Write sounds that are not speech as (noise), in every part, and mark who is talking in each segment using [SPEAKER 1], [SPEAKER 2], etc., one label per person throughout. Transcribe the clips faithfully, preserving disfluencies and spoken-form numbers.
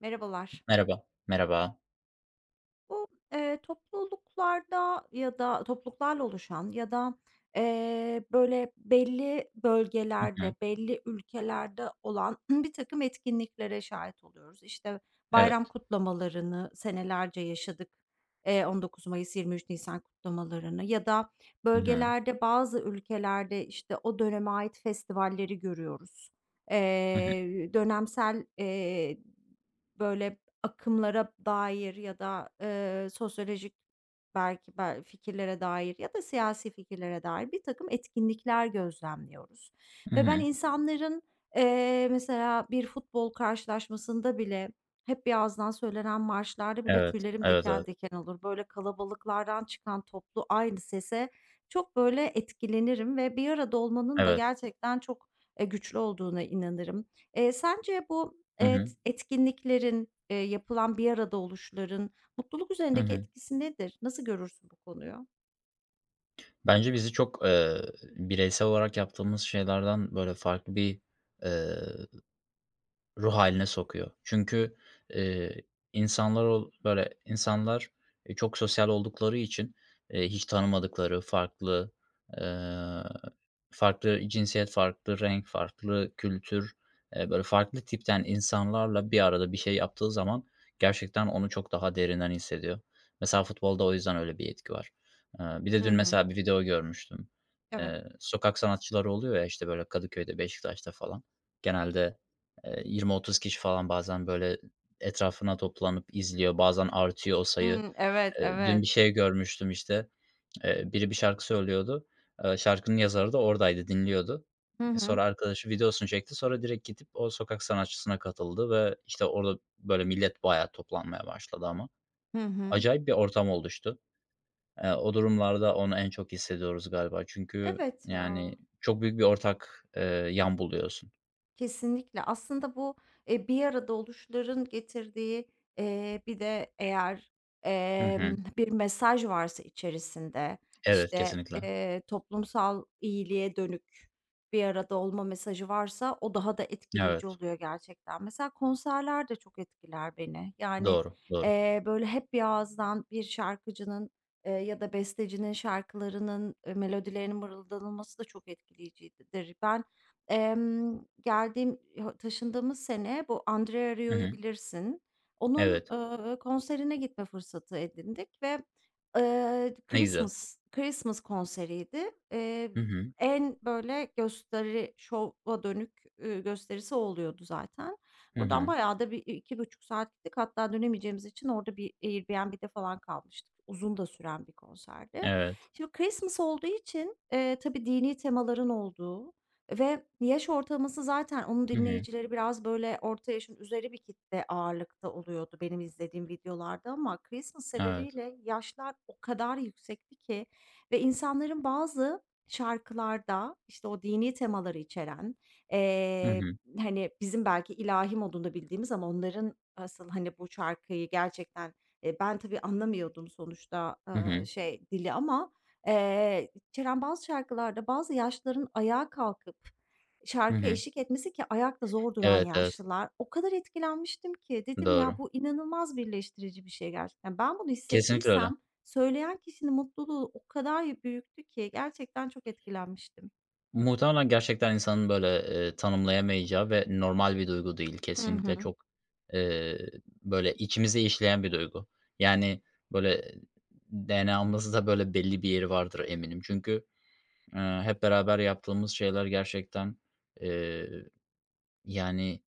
[SPEAKER 1] Merhabalar.
[SPEAKER 2] Merhaba, merhaba.
[SPEAKER 1] Bu, eee, topluluklarda ya da topluluklarla oluşan ya da, eee, böyle, belli
[SPEAKER 2] Hı hı.
[SPEAKER 1] bölgelerde, belli ülkelerde olan (clears throat) bir takım etkinliklere şahit oluyoruz. İşte, bayram
[SPEAKER 2] Evet.
[SPEAKER 1] kutlamalarını senelerce yaşadık. Eee, on dokuz Mayıs, yirmi üç Nisan kutlamalarını ya da
[SPEAKER 2] Hı hı.
[SPEAKER 1] bölgelerde, bazı ülkelerde, işte, o döneme ait festivalleri görüyoruz.
[SPEAKER 2] Hı hı.
[SPEAKER 1] Eee, dönemsel, eee, Böyle, akımlara dair ya da, eee, sosyolojik belki bel fikirlere dair ya da siyasi fikirlere dair bir takım etkinlikler gözlemliyoruz
[SPEAKER 2] Hı
[SPEAKER 1] ve ben
[SPEAKER 2] hı.
[SPEAKER 1] insanların, eee, mesela bir futbol karşılaşmasında bile hep bir ağızdan söylenen marşlarda bile
[SPEAKER 2] Evet,
[SPEAKER 1] tüylerim
[SPEAKER 2] evet, evet,
[SPEAKER 1] diken diken olur. Böyle kalabalıklardan çıkan toplu aynı sese çok böyle etkilenirim ve bir arada olmanın da
[SPEAKER 2] evet.
[SPEAKER 1] gerçekten çok, eee, güçlü olduğuna inanırım. Eee, sence bu
[SPEAKER 2] Hı hı.
[SPEAKER 1] Evet, etkinliklerin, eee, yapılan bir arada oluşların mutluluk
[SPEAKER 2] Hı
[SPEAKER 1] üzerindeki
[SPEAKER 2] hı.
[SPEAKER 1] etkisi nedir? Nasıl görürsün bu konuyu?
[SPEAKER 2] Bence bizi çok, eee, bireysel olarak yaptığımız şeylerden, böyle, farklı bir, eee Ruh haline sokuyor. Çünkü, eee, insanlar ol böyle insanlar, eee, çok sosyal oldukları için, eee, hiç tanımadıkları farklı, eee, farklı cinsiyet, farklı renk, farklı kültür, eee, böyle farklı tipten insanlarla bir arada bir şey yaptığı zaman gerçekten onu çok daha derinden hissediyor. Mesela futbolda o yüzden öyle bir etki var. Eee, bir de
[SPEAKER 1] Hı
[SPEAKER 2] dün
[SPEAKER 1] hı.
[SPEAKER 2] mesela bir video görmüştüm.
[SPEAKER 1] Evet.
[SPEAKER 2] Eee, sokak sanatçıları oluyor ya, işte, böyle Kadıköy'de, Beşiktaş'ta falan. Genelde Eee, yirmi otuz kişi falan bazen böyle etrafına toplanıp izliyor. Bazen artıyor o sayı.
[SPEAKER 1] Hı, evet,
[SPEAKER 2] Eee, dün
[SPEAKER 1] evet.
[SPEAKER 2] bir şey görmüştüm işte, eee, biri bir şarkı söylüyordu. Eee, şarkının yazarı da oradaydı, dinliyordu.
[SPEAKER 1] Hı
[SPEAKER 2] E,
[SPEAKER 1] hı.
[SPEAKER 2] sonra arkadaşı videosunu çekti. Sonra direkt gidip o sokak sanatçısına katıldı ve işte orada böyle millet bayağı toplanmaya başladı ama.
[SPEAKER 1] Hı hı.
[SPEAKER 2] Acayip bir ortam oluştu. Eee, o durumlarda onu en çok hissediyoruz galiba. Çünkü
[SPEAKER 1] Evet ya.
[SPEAKER 2] yani çok büyük bir ortak, eee, yan buluyorsun.
[SPEAKER 1] Kesinlikle. Aslında bu, eee, bir arada oluşların getirdiği, eee, bir de eğer,
[SPEAKER 2] Hı
[SPEAKER 1] emm,
[SPEAKER 2] hı.
[SPEAKER 1] bir mesaj varsa içerisinde,
[SPEAKER 2] Evet,
[SPEAKER 1] işte,
[SPEAKER 2] kesinlikle.
[SPEAKER 1] eee, toplumsal iyiliğe dönük bir arada olma mesajı varsa o daha da
[SPEAKER 2] Evet.
[SPEAKER 1] etkileyici oluyor gerçekten. Mesela konserler de çok etkiler beni. Yani,
[SPEAKER 2] Doğru, doğru.
[SPEAKER 1] eee, böyle hep bir ağızdan bir şarkıcının, eee, ya da bestecinin şarkılarının, eee, melodilerinin mırıldanılması da çok etkileyicidir. Ben Emm, geldiğim Taşındığımız sene bu Andrea
[SPEAKER 2] Hı
[SPEAKER 1] Rio'yu
[SPEAKER 2] hı.
[SPEAKER 1] bilirsin. Onun,
[SPEAKER 2] Evet.
[SPEAKER 1] eee, konserine gitme fırsatı edindik ve, eee,
[SPEAKER 2] Ne güzel.
[SPEAKER 1] Christmas Christmas konseriydi. Eee,
[SPEAKER 2] Hı hı.
[SPEAKER 1] en böyle gösteri, şova dönük, ııı, gösterisi o oluyordu zaten.
[SPEAKER 2] Hı
[SPEAKER 1] Buradan
[SPEAKER 2] hı.
[SPEAKER 1] bayağı da bir iki buçuk saat gittik. Hatta dönemeyeceğimiz için orada bir Airbnb'de falan kalmıştık. Uzun da süren bir konserdi.
[SPEAKER 2] Evet.
[SPEAKER 1] Şimdi Christmas olduğu için, eee, tabii dini temaların olduğu, ve yaş ortalaması zaten onun
[SPEAKER 2] Hı hı.
[SPEAKER 1] dinleyicileri biraz böyle orta yaşın üzeri bir kitle ağırlıkta oluyordu benim izlediğim videolarda ama Christmas
[SPEAKER 2] Evet.
[SPEAKER 1] sebebiyle yaşlar o kadar yüksekti ki ve insanların bazı şarkılarda işte o dini temaları içeren,
[SPEAKER 2] Hı
[SPEAKER 1] eee,
[SPEAKER 2] hı.
[SPEAKER 1] hani, bizim belki ilahi modunda bildiğimiz ama onların asıl, hani, bu şarkıyı gerçekten, eee, ben tabii anlamıyordum sonuçta,
[SPEAKER 2] Hı hı.
[SPEAKER 1] eee, şey dili ama Eee, Kerem bazı şarkılarda bazı yaşlıların ayağa kalkıp
[SPEAKER 2] Hı
[SPEAKER 1] şarkıya
[SPEAKER 2] hı.
[SPEAKER 1] eşlik etmesi ki ayakta zor duran
[SPEAKER 2] Evet, evet.
[SPEAKER 1] yaşlılar. O kadar etkilenmiştim ki dedim ya
[SPEAKER 2] Doğru.
[SPEAKER 1] bu inanılmaz birleştirici bir şey gerçekten. Yani ben bunu
[SPEAKER 2] Kesinlikle öyle.
[SPEAKER 1] hissettiysem söyleyen kişinin mutluluğu o kadar büyüktü ki gerçekten çok etkilenmiştim.
[SPEAKER 2] Muhtemelen gerçekten insanın böyle, eee, tanımlayamayacağı ve normal bir duygu değil.
[SPEAKER 1] Hı
[SPEAKER 2] Kesinlikle
[SPEAKER 1] hı.
[SPEAKER 2] çok, eee, böyle içimize işleyen bir duygu. Yani, böyle D N A'mızda böyle belli bir yeri vardır eminim. Çünkü, eee, hep beraber yaptığımız şeyler gerçekten, eee, yani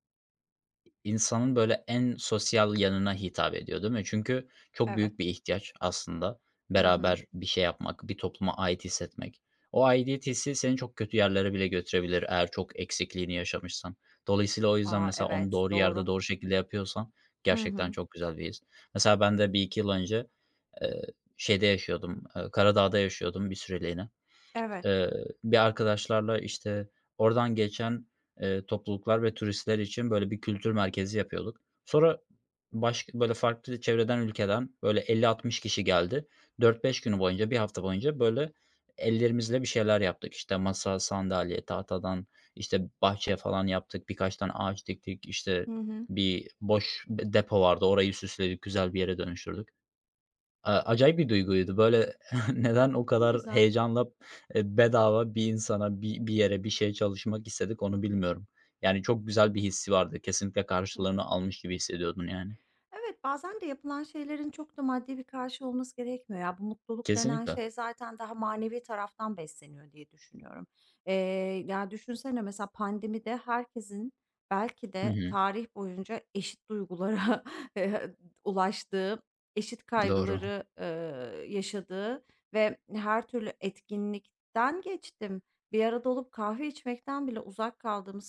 [SPEAKER 2] İnsanın böyle en sosyal yanına hitap ediyor, değil mi? Çünkü çok
[SPEAKER 1] Evet.
[SPEAKER 2] büyük bir ihtiyaç aslında
[SPEAKER 1] Hı hı.
[SPEAKER 2] beraber bir şey yapmak, bir topluma ait hissetmek. O aidiyet hissi seni çok kötü yerlere bile götürebilir eğer çok eksikliğini yaşamışsan. Dolayısıyla o yüzden
[SPEAKER 1] Aa,
[SPEAKER 2] mesela onu
[SPEAKER 1] evet,
[SPEAKER 2] doğru yerde,
[SPEAKER 1] doğru.
[SPEAKER 2] doğru şekilde yapıyorsan
[SPEAKER 1] Hı
[SPEAKER 2] gerçekten
[SPEAKER 1] hı.
[SPEAKER 2] çok güzel bir his. Mesela ben de bir iki yıl önce, eee, şeyde yaşıyordum, eee, Karadağ'da yaşıyordum bir süreliğine.
[SPEAKER 1] Evet.
[SPEAKER 2] Eee, Bir arkadaşlarla, işte, oradan geçen, eee, topluluklar ve turistler için böyle bir kültür merkezi yapıyorduk. Sonra başka böyle farklı çevreden, ülkeden böyle elli altmış kişi geldi. Dört beş günü boyunca, bir hafta boyunca böyle ellerimizle bir şeyler yaptık. İşte, masa, sandalye, tahtadan, işte, bahçe falan yaptık. Birkaç tane ağaç diktik. İşte,
[SPEAKER 1] Hı hı.
[SPEAKER 2] bir boş depo vardı. Orayı süsledik, güzel bir yere dönüştürdük. A acayip bir duyguydu. Böyle (laughs) neden o kadar
[SPEAKER 1] Güzel.
[SPEAKER 2] heyecanla, eee, bedava bir insana, bir bir yere, bir şeye çalışmak istedik onu bilmiyorum. Yani çok güzel bir hissi vardı. Kesinlikle
[SPEAKER 1] Hı hı.
[SPEAKER 2] karşılığını almış gibi hissediyordun yani.
[SPEAKER 1] Evet, bazen de yapılan şeylerin çok da maddi bir karşılığı olması gerekmiyor ya. Bu mutluluk denen
[SPEAKER 2] Kesinlikle.
[SPEAKER 1] şey zaten daha manevi taraftan besleniyor diye düşünüyorum. Eee, ya düşünsene mesela pandemide herkesin belki
[SPEAKER 2] Hı
[SPEAKER 1] de
[SPEAKER 2] hı.
[SPEAKER 1] tarih boyunca eşit duygulara (laughs) eee, ulaştığı, eşit
[SPEAKER 2] Doğru.
[SPEAKER 1] kaygıları eee, yaşadığı ve her türlü etkinlikten geçtim. Bir arada olup kahve içmekten bile uzak kaldığımız,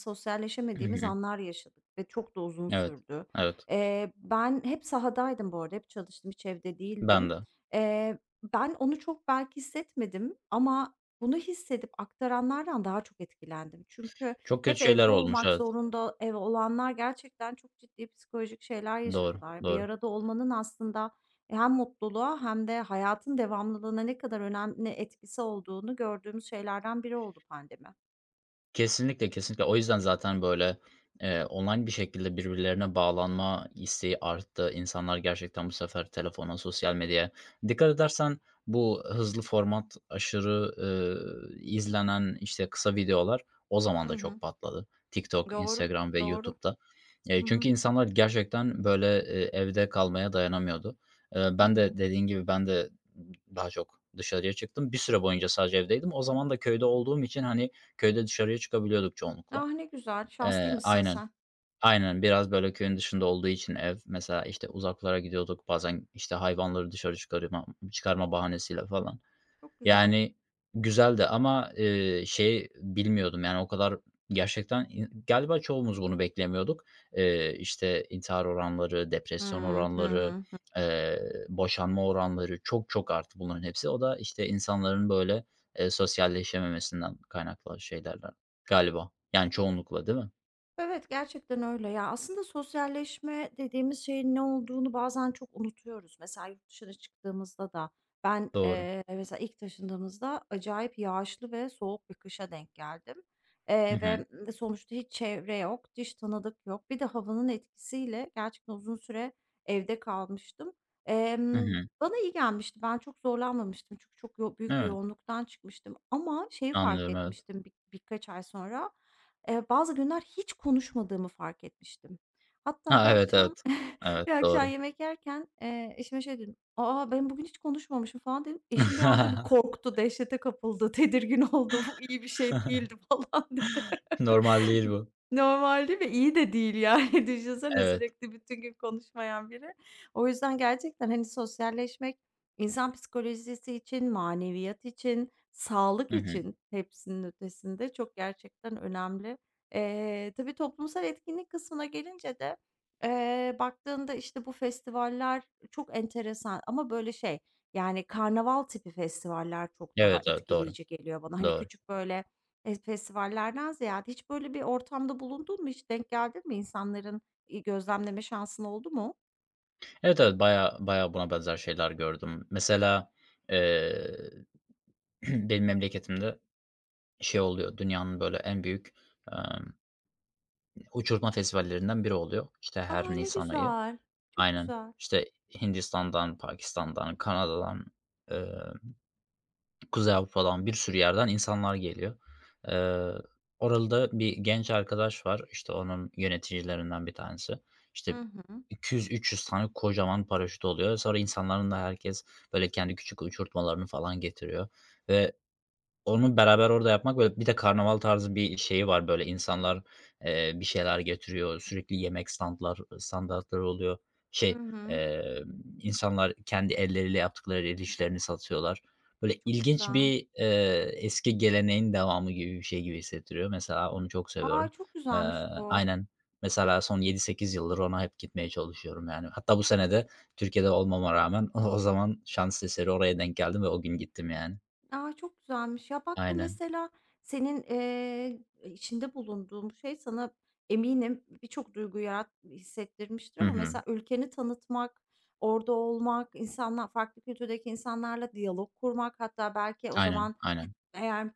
[SPEAKER 2] Hı
[SPEAKER 1] sosyalleşemediğimiz
[SPEAKER 2] hı.
[SPEAKER 1] anlar yaşadık ve çok da uzun
[SPEAKER 2] Evet.
[SPEAKER 1] sürdü.
[SPEAKER 2] Evet.
[SPEAKER 1] Eee, ben hep sahadaydım bu arada, hep çalıştım, hiç evde
[SPEAKER 2] Ben
[SPEAKER 1] değildim.
[SPEAKER 2] de.
[SPEAKER 1] Eee, ben onu çok belki hissetmedim ama bunu hissedip aktaranlardan daha çok etkilendim. Çünkü
[SPEAKER 2] Çok kötü
[SPEAKER 1] hep
[SPEAKER 2] şeyler
[SPEAKER 1] evde
[SPEAKER 2] olmuş.
[SPEAKER 1] olmak
[SPEAKER 2] Evet.
[SPEAKER 1] zorunda ev olanlar gerçekten çok ciddi psikolojik şeyler
[SPEAKER 2] Doğru,
[SPEAKER 1] yaşadılar. Bir
[SPEAKER 2] doğru.
[SPEAKER 1] arada olmanın aslında hem mutluluğa hem de hayatın devamlılığına ne kadar önemli etkisi olduğunu gördüğümüz şeylerden biri oldu pandemi.
[SPEAKER 2] Kesinlikle, kesinlikle. O yüzden zaten, böyle, eee, online bir şekilde birbirlerine bağlanma isteği arttı. İnsanlar gerçekten bu sefer telefona, sosyal medyaya. Dikkat edersen bu hızlı format, aşırı, ııı, izlenen, işte, kısa videolar o zaman
[SPEAKER 1] Hı
[SPEAKER 2] da çok
[SPEAKER 1] hı.
[SPEAKER 2] patladı. TikTok,
[SPEAKER 1] Doğru,
[SPEAKER 2] Instagram ve
[SPEAKER 1] doğru.
[SPEAKER 2] YouTube'da. Eee,
[SPEAKER 1] Hı hı.
[SPEAKER 2] çünkü insanlar gerçekten, böyle, eee, evde kalmaya dayanamıyordu. Eee,
[SPEAKER 1] Hı
[SPEAKER 2] ben de
[SPEAKER 1] hı.
[SPEAKER 2] dediğin gibi ben de daha çok dışarıya çıktım. Bir süre boyunca sadece evdeydim. O zaman da köyde olduğum için, hani, Köyde dışarıya çıkabiliyorduk çoğunlukla.
[SPEAKER 1] Ah, ne güzel,
[SPEAKER 2] Eee,
[SPEAKER 1] şanslıymışsın
[SPEAKER 2] aynen.
[SPEAKER 1] sen.
[SPEAKER 2] Aynen, biraz böyle köyün dışında olduğu için ev, mesela, işte, uzaklara gidiyorduk. Bazen, işte, hayvanları dışarı çıkarıma çıkarma bahanesiyle falan.
[SPEAKER 1] Çok güzel.
[SPEAKER 2] Yani, güzeldi ama, eee, şey bilmiyordum, yani, o kadar gerçekten in galiba çoğumuz bunu beklemiyorduk. Eee, işte, intihar oranları,
[SPEAKER 1] Hı
[SPEAKER 2] depresyon
[SPEAKER 1] hı
[SPEAKER 2] oranları,
[SPEAKER 1] hı.
[SPEAKER 2] eee, boşanma oranları çok çok arttı bunların hepsi. O da, işte, insanların, böyle, eee, sosyalleşememesinden kaynaklı şeylerden galiba. Yani, çoğunlukla değil mi?
[SPEAKER 1] Evet, gerçekten öyle. Ya, aslında sosyalleşme dediğimiz şeyin ne olduğunu bazen çok unutuyoruz. Mesela yurt dışına çıktığımızda da ben,
[SPEAKER 2] Doğru.
[SPEAKER 1] eee, mesela ilk taşındığımızda acayip yağışlı ve soğuk bir kışa denk geldim.
[SPEAKER 2] Hı
[SPEAKER 1] Eee,
[SPEAKER 2] hı.
[SPEAKER 1] ve, sonuçta hiç çevre yok, hiç tanıdık yok. Bir de havanın etkisiyle gerçekten uzun süre evde kalmıştım.
[SPEAKER 2] Hı
[SPEAKER 1] Emm,
[SPEAKER 2] hı.
[SPEAKER 1] bana iyi gelmişti. Ben çok zorlanmamıştım çünkü çok yo büyük bir
[SPEAKER 2] Evet,
[SPEAKER 1] yoğunluktan çıkmıştım ama şeyi fark
[SPEAKER 2] anlıyorum, evet.
[SPEAKER 1] etmiştim bir birkaç ay sonra. Eee, bazı günler hiç konuşmadığımı fark etmiştim. Hatta bir
[SPEAKER 2] Ha, evet,
[SPEAKER 1] akşam
[SPEAKER 2] evet. Evet,
[SPEAKER 1] (laughs) bir akşam
[SPEAKER 2] doğru.
[SPEAKER 1] yemek yerken, eee, eşime şey dedim, "Aa, ben bugün hiç konuşmamışım." falan dedim. Eşim bir anda bir
[SPEAKER 2] (laughs)
[SPEAKER 1] korktu, dehşete kapıldı, (laughs) tedirgin oldu. "Bu iyi bir şey değildi." (laughs) falan dedi.
[SPEAKER 2] Normal değil bu.
[SPEAKER 1] Normal değil ve iyi de değil yani. (laughs) Düşünsene
[SPEAKER 2] Evet.
[SPEAKER 1] sürekli bütün gün konuşmayan biri. O yüzden gerçekten, hani, sosyalleşmek insan psikolojisi için, maneviyat için, sağlık
[SPEAKER 2] Hı hı.
[SPEAKER 1] için hepsinin ötesinde çok gerçekten önemli. Eee, tabii toplumsal etkinlik kısmına gelince de, eee, baktığında, işte, bu festivaller çok enteresan ama böyle şey, yani, karnaval tipi festivaller çok daha
[SPEAKER 2] Evet, evet, doğru.
[SPEAKER 1] etkileyici geliyor bana. Hani,
[SPEAKER 2] Doğru.
[SPEAKER 1] küçük böyle Eee, festivallerden ziyade hiç böyle bir ortamda bulundun mu? Hiç denk geldin mi? İnsanların, iii, gözlemleme şansın oldu mu?
[SPEAKER 2] Evet, evet, baya baya buna benzer şeyler gördüm. Mesela, eee, (clears throat) benim memleketimde şey oluyor, dünyanın böyle en büyük, emm, uçurtma festivallerinden biri oluyor. İşte, her
[SPEAKER 1] A! Ne
[SPEAKER 2] nisan ayı.
[SPEAKER 1] güzel. Çok
[SPEAKER 2] Aynen.
[SPEAKER 1] güzel.
[SPEAKER 2] İşte, Hindistan'dan, Pakistan'dan, Kanada'dan, Kuzey Avrupa'dan bir sürü yerden insanlar geliyor. Eee, Orada bir genç arkadaş var. İşte, onun yöneticilerinden bir tanesi. İşte,
[SPEAKER 1] Hı hı.
[SPEAKER 2] iki yüz üç yüz tane kocaman paraşüt oluyor. Sonra insanların da herkes, böyle, kendi küçük uçurtmalarını falan getiriyor ve onu beraber orada yapmak, böyle, bir de karnaval tarzı bir şeyi var, böyle, insanlar, eee, bir şeyler getiriyor, sürekli yemek standlar standartları oluyor.
[SPEAKER 1] Hı
[SPEAKER 2] Şey,
[SPEAKER 1] hı.
[SPEAKER 2] emm, insanlar kendi elleriyle yaptıkları el işlerini satıyorlar. Böyle,
[SPEAKER 1] Çok
[SPEAKER 2] ilginç
[SPEAKER 1] güzel.
[SPEAKER 2] bir, eee, eski geleneğin devamı gibi bir şey gibi hissettiriyor. Mesela onu çok
[SPEAKER 1] A!
[SPEAKER 2] seviyorum.
[SPEAKER 1] Çok
[SPEAKER 2] Eee,
[SPEAKER 1] güzelmiş bu.
[SPEAKER 2] aynen. Mesela son yedi sekiz yıldır ona hep gitmeye çalışıyorum, yani. Hatta bu sene de Türkiye'de olmama rağmen (laughs) o o zaman şans eseri oraya denk geldim ve o gün gittim, yani.
[SPEAKER 1] A! Çok güzelmiş. Ya, bak, bu
[SPEAKER 2] Aynen.
[SPEAKER 1] mesela senin, eee, içinde bulunduğun şey sana eminim birçok duygu yarat hissettirmiştir
[SPEAKER 2] Hı
[SPEAKER 1] ama
[SPEAKER 2] hı.
[SPEAKER 1] mesela ülkeni tanıtmak, orada olmak, insanlar farklı kültürdeki insanlarla diyalog kurmak, hatta belki o
[SPEAKER 2] Aynen,
[SPEAKER 1] zaman
[SPEAKER 2] aynen.
[SPEAKER 1] eğer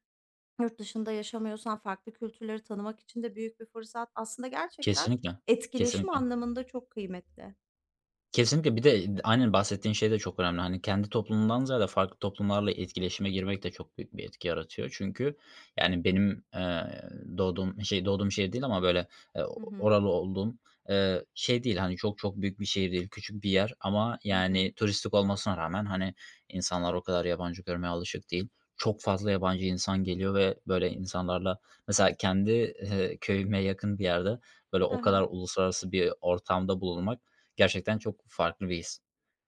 [SPEAKER 1] yurt dışında yaşamıyorsan farklı kültürleri tanımak için de büyük bir fırsat. Aslında gerçekten
[SPEAKER 2] Kesinlikle,
[SPEAKER 1] etkileşim
[SPEAKER 2] kesinlikle.
[SPEAKER 1] anlamında çok kıymetli.
[SPEAKER 2] Kesinlikle. Bir de aynen bahsettiğin şey de çok önemli. Hani kendi toplumundan ziyade farklı toplumlarla etkileşime girmek de çok büyük bir etki yaratıyor. Çünkü yani benim, eee, doğduğum şey doğduğum şehir değil ama böyle, eee,
[SPEAKER 1] Hı hı.
[SPEAKER 2] oralı olduğum, eee, şey değil, hani, çok çok büyük bir şehir değil, küçük bir yer ama
[SPEAKER 1] Hı
[SPEAKER 2] yani
[SPEAKER 1] hı.
[SPEAKER 2] turistik olmasına rağmen, hani, insanlar o kadar yabancı görmeye alışık değil. Çok fazla yabancı insan geliyor ve böyle insanlarla mesela kendi, eee, köyüme yakın bir yerde böyle
[SPEAKER 1] Hı
[SPEAKER 2] o kadar
[SPEAKER 1] hı.
[SPEAKER 2] uluslararası bir ortamda bulunmak. Gerçekten çok farklı bir his.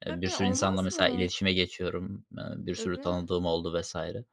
[SPEAKER 2] Eee, bir
[SPEAKER 1] Tabii,
[SPEAKER 2] sürü insanla
[SPEAKER 1] olmaz
[SPEAKER 2] mesela
[SPEAKER 1] mı?
[SPEAKER 2] iletişime geçiyorum. Eee, bir sürü
[SPEAKER 1] Tabii.
[SPEAKER 2] tanıdığım oldu vesaire.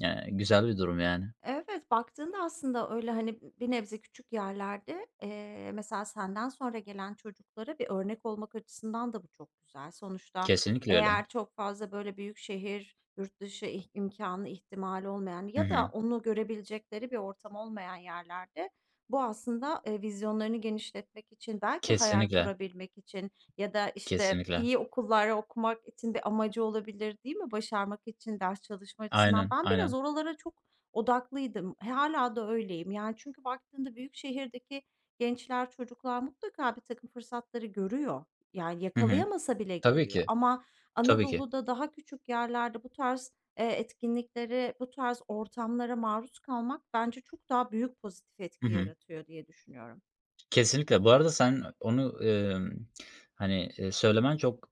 [SPEAKER 2] Eee, güzel bir durum yani.
[SPEAKER 1] Evet, baktığında aslında öyle, hani, bir nebze küçük yerlerde, eee, mesela senden sonra gelen çocuklara bir örnek olmak açısından da bu çok güzel. Sonuçta
[SPEAKER 2] Kesinlikle öyle.
[SPEAKER 1] eğer çok fazla böyle büyük şehir, yurt dışı ih imkânı, ihtimali olmayan
[SPEAKER 2] Hı
[SPEAKER 1] ya da
[SPEAKER 2] hı.
[SPEAKER 1] onu görebilecekleri bir ortam olmayan yerlerde bu aslında, eee, vizyonlarını genişletmek için, belki hayal
[SPEAKER 2] Kesinlikle,
[SPEAKER 1] kurabilmek için ya da, işte,
[SPEAKER 2] kesinlikle.
[SPEAKER 1] iyi okullara okumak için bir amacı olabilir, değil mi? Başarmak için, ders çalışma açısından.
[SPEAKER 2] Aynen,
[SPEAKER 1] Ben
[SPEAKER 2] aynen.
[SPEAKER 1] biraz oralara çok odaklıydım, hala da öyleyim. Yani, çünkü baktığında büyük şehirdeki gençler, çocuklar mutlaka bir takım fırsatları görüyor. Yani,
[SPEAKER 2] Hı hı.
[SPEAKER 1] yakalayamasa bile
[SPEAKER 2] Tabii
[SPEAKER 1] görüyor
[SPEAKER 2] ki,
[SPEAKER 1] ama
[SPEAKER 2] tabii ki.
[SPEAKER 1] Anadolu'da daha küçük yerlerde bu tarz, eee, etkinliklere, bu tarz ortamlara maruz kalmak bence çok daha büyük pozitif
[SPEAKER 2] Hı
[SPEAKER 1] etki
[SPEAKER 2] hı.
[SPEAKER 1] yaratıyor diye düşünüyorum.
[SPEAKER 2] Kesinlikle. Bu arada sen onu, emm, hani, eee, söylemen çok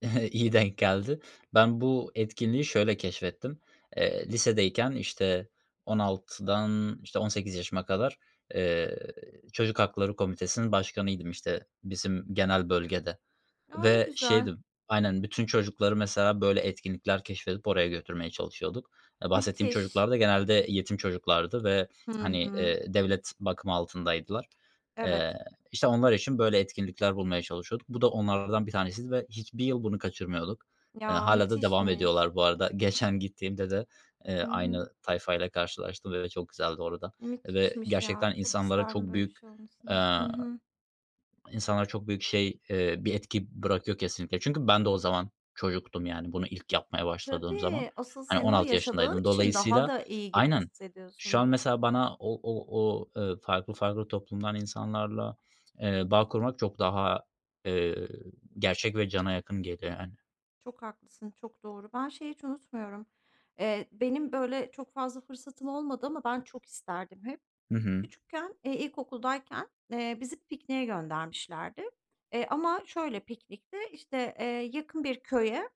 [SPEAKER 2] (laughs) İyi denk geldi. Ben bu etkinliği şöyle keşfettim. Eee, lisedeyken, işte, on altıdan, işte, on sekiz yaşıma kadar, eee, Çocuk Hakları Komitesi'nin başkanıydım, işte, bizim genel bölgede.
[SPEAKER 1] Ya, ne
[SPEAKER 2] Ve
[SPEAKER 1] güzel.
[SPEAKER 2] şeydim Aynen, bütün çocukları mesela böyle etkinlikler keşfedip oraya götürmeye çalışıyorduk. Eee, bahsettiğim
[SPEAKER 1] Müthiş.
[SPEAKER 2] çocuklar da genelde yetim çocuklardı ve,
[SPEAKER 1] Hı
[SPEAKER 2] hani,
[SPEAKER 1] hı.
[SPEAKER 2] eee, devlet bakımı altındaydılar.
[SPEAKER 1] Evet.
[SPEAKER 2] Eee, işte, onlar için böyle etkinlikler bulmaya çalışıyorduk. Bu da onlardan bir tanesiydi ve hiçbir yıl bunu kaçırmıyorduk. Eee,
[SPEAKER 1] Ya,
[SPEAKER 2] hâlâ da devam
[SPEAKER 1] müthişmiş.
[SPEAKER 2] ediyorlar bu arada. (laughs) Geçen gittiğimde de, eee,
[SPEAKER 1] Hı hı.
[SPEAKER 2] aynı tayfayla karşılaştım ve çok güzeldi orada ve
[SPEAKER 1] Müthişmiş ya.
[SPEAKER 2] gerçekten
[SPEAKER 1] Çok
[SPEAKER 2] insanlara çok
[SPEAKER 1] isterim böyle bir
[SPEAKER 2] büyük,
[SPEAKER 1] şey olmasını.
[SPEAKER 2] eee
[SPEAKER 1] Hı hı.
[SPEAKER 2] İnsanlara çok büyük şey, eee, bir etki bırakıyor kesinlikle. Çünkü ben de o zaman çocuktum yani bunu ilk yapmaya başladığım zaman.
[SPEAKER 1] Tabii, asıl
[SPEAKER 2] Hani
[SPEAKER 1] sen onu
[SPEAKER 2] on altı
[SPEAKER 1] yaşadığın
[SPEAKER 2] yaşındaydım.
[SPEAKER 1] için daha
[SPEAKER 2] Dolayısıyla.
[SPEAKER 1] da iyi gi
[SPEAKER 2] Aynen. Şu an
[SPEAKER 1] hissediyorsundur.
[SPEAKER 2] mesela bana o o o, eee, farklı farklı toplumdan insanlarla, eee, bağ kurmak çok daha, eee, gerçek ve cana yakın geliyor yani.
[SPEAKER 1] Çok haklısın, çok doğru. Ben şeyi hiç unutmuyorum. Eee, benim böyle çok fazla fırsatım olmadı ama ben çok isterdim hep.
[SPEAKER 2] Hı hı.
[SPEAKER 1] Küçükken, eee, ilkokuldayken, eee, bizi pikniğe göndermişlerdi. Eee, ama şöyle piknikte işte, eee, yakın bir köye.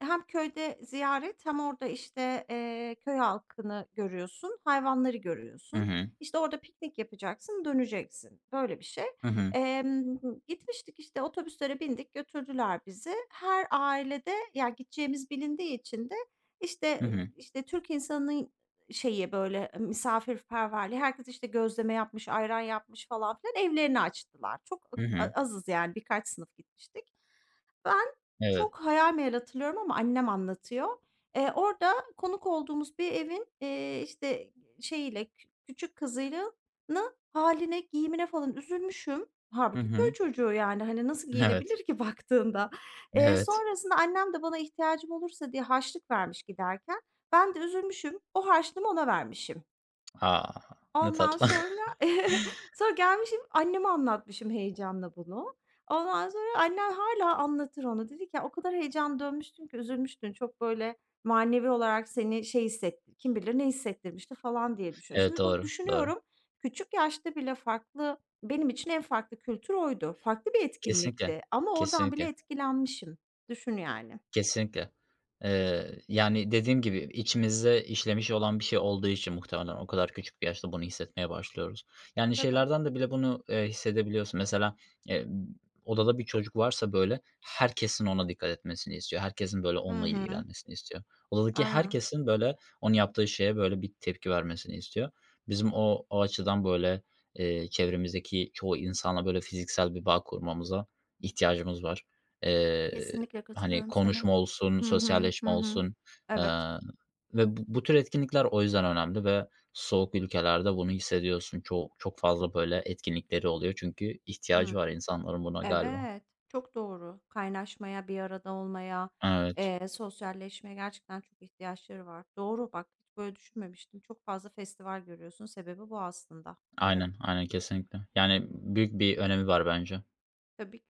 [SPEAKER 1] Hem köyde ziyaret hem orada, işte, eee, köy halkını görüyorsun, hayvanları
[SPEAKER 2] Hı
[SPEAKER 1] görüyorsun.
[SPEAKER 2] hı.
[SPEAKER 1] İşte, orada piknik yapacaksın, döneceksin. Böyle bir şey.
[SPEAKER 2] Hı hı.
[SPEAKER 1] Emm, gitmiştik, işte, otobüslere bindik, götürdüler bizi. Her ailede ya, gideceğimiz bilindiği için de,
[SPEAKER 2] Hı
[SPEAKER 1] işte,
[SPEAKER 2] hı.
[SPEAKER 1] işte, Türk insanının şeyi, böyle, misafirperverliği, herkes, işte, gözleme yapmış, ayran yapmış falan filan, evlerini açtılar. Çok
[SPEAKER 2] Hı
[SPEAKER 1] a
[SPEAKER 2] hı.
[SPEAKER 1] azız yani, birkaç sınıf gitmiştik. Ben
[SPEAKER 2] Evet.
[SPEAKER 1] çok hayal meyal hatırlıyorum ama annem anlatıyor. Eee, orada konuk olduğumuz bir evin, eee, işte, şeyiyle, kü küçük kızıyla nı hâline, giyimine falan üzülmüşüm.
[SPEAKER 2] Hı
[SPEAKER 1] Hâlbuki köy
[SPEAKER 2] hı.
[SPEAKER 1] çocuğu yani, hani, nasıl
[SPEAKER 2] Evet.
[SPEAKER 1] giyinebilir ki (laughs) baktığında? Eee,
[SPEAKER 2] Evet.
[SPEAKER 1] sonrasında annem de bana ihtiyacım olursa diye harçlık vermiş giderken. Ben de üzülmüşüm, o harçlığımı ona vermişim.
[SPEAKER 2] A! Ne
[SPEAKER 1] Ondan
[SPEAKER 2] tatlı.
[SPEAKER 1] sonra,
[SPEAKER 2] (laughs)
[SPEAKER 1] (laughs) sonra gelmişim, anneme anlatmışım heyecanla bunu. Ondan sonra annen hala anlatır onu. Dedi ki, "Ya, o kadar heyecan dönmüştün ki üzülmüştün. Çok böyle manevi olarak seni şey hissetti kim bilir ne hissettirmişti." falan diye düşünüyorum.
[SPEAKER 2] Evet,
[SPEAKER 1] Şimdi bak
[SPEAKER 2] doğru, doğru.
[SPEAKER 1] düşünüyorum, küçük yaşta bile farklı benim için en farklı kültür oydu. Farklı bir
[SPEAKER 2] Kesinlikle.
[SPEAKER 1] etkinlikti ama oradan bile
[SPEAKER 2] Kesinlikle.
[SPEAKER 1] etkilenmişim. Düşün yani.
[SPEAKER 2] Kesinlikle. Eee, yani, dediğim gibi içimizde işlemiş olan bir şey olduğu için muhtemelen o kadar küçük bir yaşta bunu hissetmeye başlıyoruz. Yani,
[SPEAKER 1] Tabii.
[SPEAKER 2] şeylerden de bile bunu, eee, hissedebiliyorsun. Mesela, eee, odada bir çocuk varsa, böyle, herkesin ona dikkat etmesini istiyor. Herkesin, böyle,
[SPEAKER 1] Hı
[SPEAKER 2] onunla
[SPEAKER 1] hı.
[SPEAKER 2] ilgilenmesini istiyor. Odadaki
[SPEAKER 1] Aynen.
[SPEAKER 2] herkesin, böyle, onun yaptığı şeye, böyle, bir tepki vermesini istiyor. Bizim o o açıdan, böyle, eee, çevremizdeki çoğu insanla, böyle, fiziksel bir bağ kurmamıza ihtiyacımız var. Eee
[SPEAKER 1] Kesinlikle
[SPEAKER 2] Hani,
[SPEAKER 1] katılıyorum
[SPEAKER 2] konuşma
[SPEAKER 1] sana.
[SPEAKER 2] olsun,
[SPEAKER 1] Hı hı.
[SPEAKER 2] sosyalleşme
[SPEAKER 1] Hı hı.
[SPEAKER 2] olsun,
[SPEAKER 1] Evet.
[SPEAKER 2] eee, ve bu bu tür etkinlikler o yüzden önemli ve soğuk ülkelerde bunu hissediyorsun. Çok çok fazla böyle etkinlikleri oluyor çünkü ihtiyacı
[SPEAKER 1] Hıı.
[SPEAKER 2] var insanların buna galiba.
[SPEAKER 1] Evet, çok doğru. Kaynaşmaya, bir arada olmaya,
[SPEAKER 2] Evet.
[SPEAKER 1] eee, sosyalleşmeye gerçekten çok ihtiyaçları var. Doğru bak, hiç böyle düşünmemiştim. Çok fazla festival görüyorsun. Sebebi bu aslında. Evet,
[SPEAKER 2] Aynen, aynen kesinlikle. Yani, büyük bir önemi var bence.
[SPEAKER 1] tabii